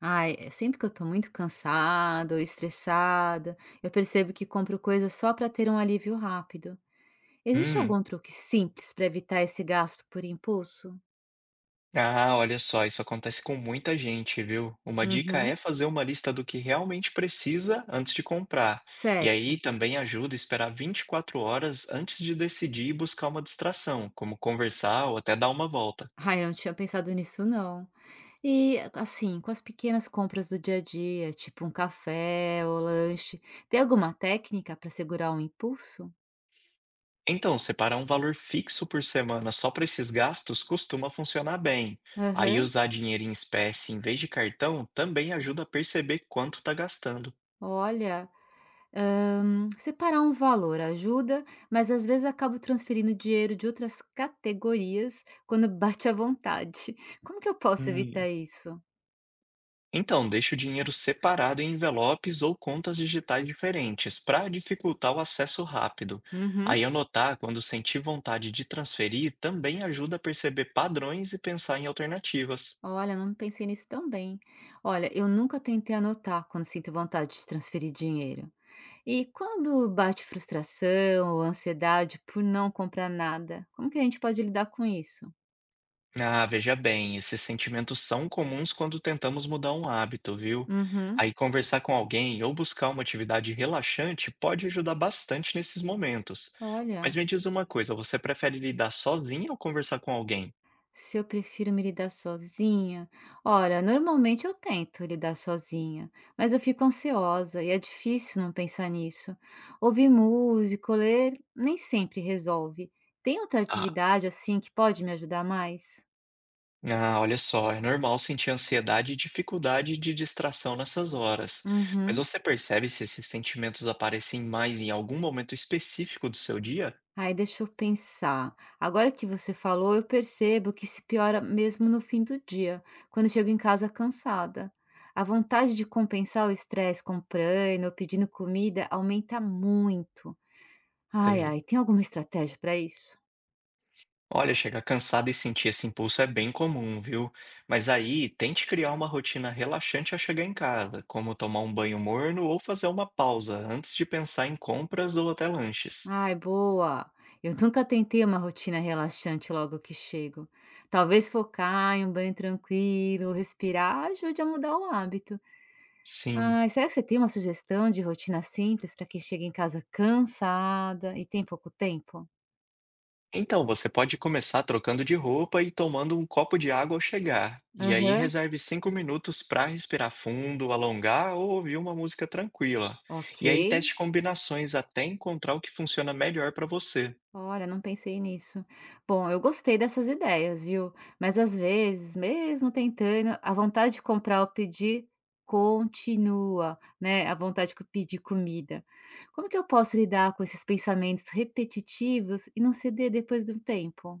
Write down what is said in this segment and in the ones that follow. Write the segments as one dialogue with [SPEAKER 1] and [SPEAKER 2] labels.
[SPEAKER 1] Ai, sempre que eu tô muito cansada ou estressada, eu percebo que compro coisas só para ter um alívio rápido. Existe
[SPEAKER 2] Hum.
[SPEAKER 1] algum truque simples para evitar esse gasto por impulso?
[SPEAKER 2] Ah, olha só, isso acontece com muita gente, viu? Uma dica é
[SPEAKER 1] Uhum.
[SPEAKER 2] fazer uma lista do que realmente precisa antes de comprar. E
[SPEAKER 1] Sério?
[SPEAKER 2] aí também ajuda a esperar 24 horas antes de decidir e buscar uma distração, como conversar ou até dar uma volta.
[SPEAKER 1] Ai, eu não tinha pensado nisso, não. E, assim, com as pequenas compras do dia a dia, tipo um café ou lanche, tem alguma técnica para segurar o impulso?
[SPEAKER 2] Então, separar um valor fixo por semana só para esses gastos costuma funcionar bem. Aí
[SPEAKER 1] Aham,
[SPEAKER 2] usar dinheiro em espécie em vez de cartão também ajuda a perceber quanto está gastando.
[SPEAKER 1] olha. Hã, separar um valor ajuda, mas às vezes acabo transferindo dinheiro de outras categorias quando bate a vontade. Como que eu posso
[SPEAKER 2] Hum,
[SPEAKER 1] evitar isso?
[SPEAKER 2] Então, deixe o dinheiro separado em envelopes ou contas digitais diferentes, para dificultar o acesso rápido.
[SPEAKER 1] Uhum.
[SPEAKER 2] Aí anotar quando sentir vontade de transferir também ajuda a perceber padrões e pensar em alternativas.
[SPEAKER 1] Olha, não pensei nisso também. Olha, eu nunca tentei anotar quando sinto vontade de transferir dinheiro. E quando bate frustração ou ansiedade por não comprar nada, como que a gente pode lidar com isso?
[SPEAKER 2] Ah, veja bem, esses sentimentos são comuns quando tentamos mudar um hábito, viu?
[SPEAKER 1] Uhum.
[SPEAKER 2] Aí conversar com alguém ou buscar uma atividade relaxante pode ajudar bastante nesses momentos. Mas
[SPEAKER 1] Olha.
[SPEAKER 2] me diz uma coisa, você prefere lidar sozinha ou conversar com alguém?
[SPEAKER 1] Se eu prefiro me lidar sozinha? Olha, normalmente eu tento lidar sozinha, mas eu fico ansiosa e é difícil não pensar nisso. Ouvir música, ler, nem sempre resolve. Tem outra atividade assim que pode me ajudar mais?
[SPEAKER 2] Ah, olha só, é normal sentir ansiedade e dificuldade de distração nessas horas. Mas
[SPEAKER 1] Uhum.
[SPEAKER 2] você percebe se esses sentimentos aparecem mais em algum momento específico do seu dia?
[SPEAKER 1] Aí deixa eu pensar. Agora que você falou, eu percebo que se piora mesmo no fim do dia, quando eu chego em casa cansada. A vontade de compensar o estresse comprando ou pedindo comida aumenta muito. Ai,
[SPEAKER 2] Sei.
[SPEAKER 1] ai, tem alguma estratégia para isso?
[SPEAKER 2] Olha, chegar cansado e sentir esse impulso é bem comum, viu? Mas aí, tente criar uma rotina relaxante ao chegar em casa, como tomar um banho morno ou fazer uma pausa antes de pensar em compras ou até lanches.
[SPEAKER 1] Ai, boa! Eu nunca tentei uma rotina relaxante logo que chego. Talvez focar em um banho tranquilo, respirar, ajude a mudar o hábito.
[SPEAKER 2] Sim.
[SPEAKER 1] Ai, será que você tem uma sugestão de rotina simples para quem chega em casa cansada e tem pouco tempo?
[SPEAKER 2] Então, você pode começar trocando de roupa e tomando um copo de água ao chegar. E aí
[SPEAKER 1] Aham,
[SPEAKER 2] reserve 5 minutos para respirar fundo, alongar ou ouvir uma música tranquila. E aí
[SPEAKER 1] ok.
[SPEAKER 2] teste combinações até encontrar o que funciona melhor para você.
[SPEAKER 1] Olha, não pensei nisso. Bom, eu gostei dessas ideias, viu? Mas às vezes, mesmo tentando, a vontade de comprar ou pedir continua, né? A vontade de pedir comida. Como que eu posso lidar com esses pensamentos repetitivos e não ceder depois de um tempo?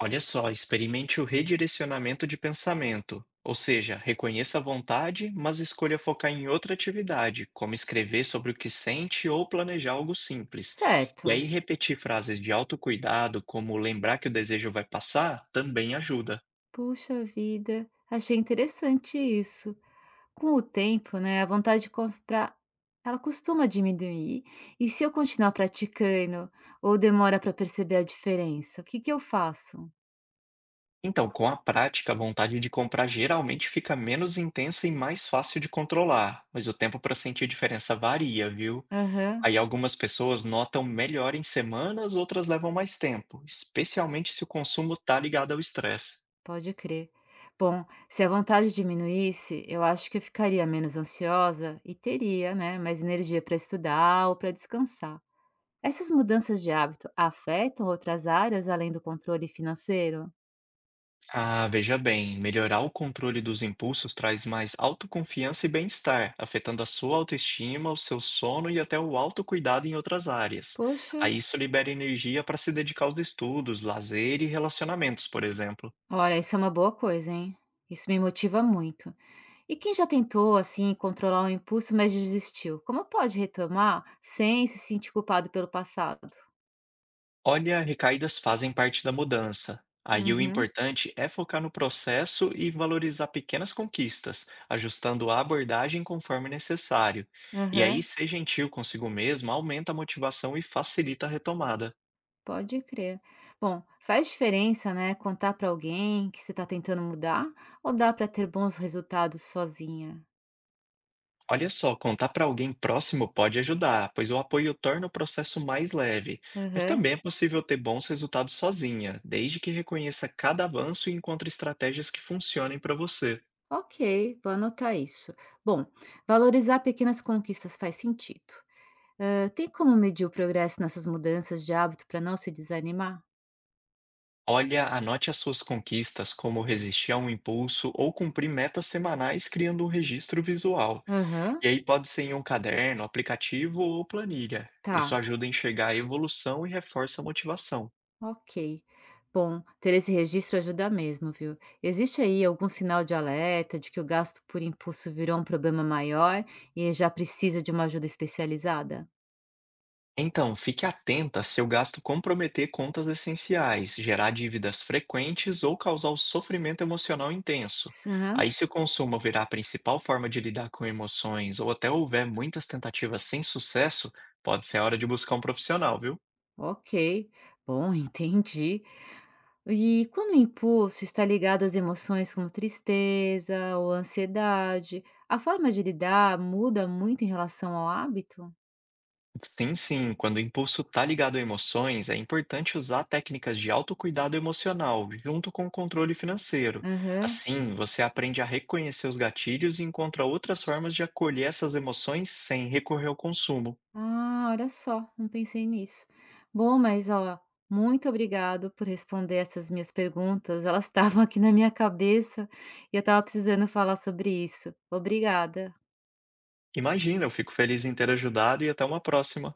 [SPEAKER 2] Olha só, experimente o redirecionamento de pensamento, ou seja, reconheça a vontade, mas escolha focar em outra atividade, como escrever sobre o que sente ou planejar algo simples.
[SPEAKER 1] Certo.
[SPEAKER 2] E aí, repetir frases de autocuidado, como lembrar que o desejo vai passar, também ajuda.
[SPEAKER 1] Puxa vida, achei interessante isso. Com o tempo, né, a vontade de comprar, ela costuma diminuir. E se eu continuar praticando ou demora para perceber a diferença, o que que eu faço?
[SPEAKER 2] Então, com a prática, a vontade de comprar geralmente fica menos intensa e mais fácil de controlar, mas o tempo para sentir diferença varia, viu?
[SPEAKER 1] Aham,
[SPEAKER 2] Aí algumas pessoas notam melhor em semanas, outras levam mais tempo, especialmente se o consumo está ligado ao estresse.
[SPEAKER 1] pode crer. Bom, se a vontade diminuísse, eu acho que eu ficaria menos ansiosa e teria, né, mais energia para estudar ou para descansar. Essas mudanças de hábito afetam outras áreas além do controle financeiro?
[SPEAKER 2] Ah, veja bem, melhorar o controle dos impulsos traz mais autoconfiança e bem-estar, afetando a sua autoestima, o seu sono e até o autocuidado em outras áreas.
[SPEAKER 1] Poxa,
[SPEAKER 2] Aí isso libera energia para se dedicar aos estudos, lazer e relacionamentos, por exemplo.
[SPEAKER 1] olha, isso é uma boa coisa, hein? Isso me motiva muito. E quem já tentou, assim, controlar o impulso, mas desistiu, como pode retomar sem se sentir culpado pelo passado?
[SPEAKER 2] Olha, recaídas fazem parte da mudança. Aí o
[SPEAKER 1] Uhum,
[SPEAKER 2] importante é focar no processo e valorizar pequenas conquistas, ajustando a abordagem conforme necessário. E aí,
[SPEAKER 1] aham,
[SPEAKER 2] ser gentil consigo mesmo aumenta a motivação e facilita a retomada.
[SPEAKER 1] pode crer. Bom, faz diferença, né, contar para alguém que você está tentando mudar ou dá para ter bons resultados sozinha?
[SPEAKER 2] Olha só, contar para alguém próximo pode ajudar, pois o apoio torna o processo mais leve. Mas
[SPEAKER 1] Aham.
[SPEAKER 2] também é possível ter bons resultados sozinha, desde que reconheça cada avanço e encontre estratégias que funcionem para você.
[SPEAKER 1] Ok, vou anotar isso. Bom, valorizar pequenas conquistas faz sentido. Ah, tem como medir o progresso nessas mudanças de hábito para não se desanimar?
[SPEAKER 2] Olha, anote as suas conquistas, como resistir a um impulso ou cumprir metas semanais criando um registro visual.
[SPEAKER 1] Aham,
[SPEAKER 2] E aí pode ser em um caderno, aplicativo ou planilha. Isso
[SPEAKER 1] tá.
[SPEAKER 2] ajuda a enxergar a evolução e reforça a motivação.
[SPEAKER 1] Ok. Bom, ter esse registro ajuda mesmo, viu? Existe aí algum sinal de alerta de que o gasto por impulso virou um problema maior e já precisa de uma ajuda especializada?
[SPEAKER 2] Então, fique atenta se o gasto comprometer contas essenciais, gerar dívidas frequentes ou causar um sofrimento emocional intenso.
[SPEAKER 1] Aham,
[SPEAKER 2] Aí, se o consumo virar a principal forma de lidar com emoções ou até houver muitas tentativas sem sucesso, pode ser a hora de buscar um profissional, viu?
[SPEAKER 1] ok. Bom, entendi. E quando o impulso está ligado às emoções como tristeza ou ansiedade, a forma de lidar muda muito em relação ao hábito?
[SPEAKER 2] Sim, sim. Quando o impulso está ligado a emoções, é importante usar técnicas de autocuidado emocional, junto com o controle financeiro.
[SPEAKER 1] Aham.
[SPEAKER 2] Assim, você aprende a reconhecer os gatilhos e encontra outras formas de acolher essas emoções sem recorrer ao consumo.
[SPEAKER 1] Ah, olha só, não pensei nisso. Bom, mas ó, muito obrigado por responder essas minhas perguntas. Elas estavam aqui na minha cabeça e eu estava precisando falar sobre isso. Obrigada.
[SPEAKER 2] Imagina, eu fico feliz em ter ajudado e até uma próxima.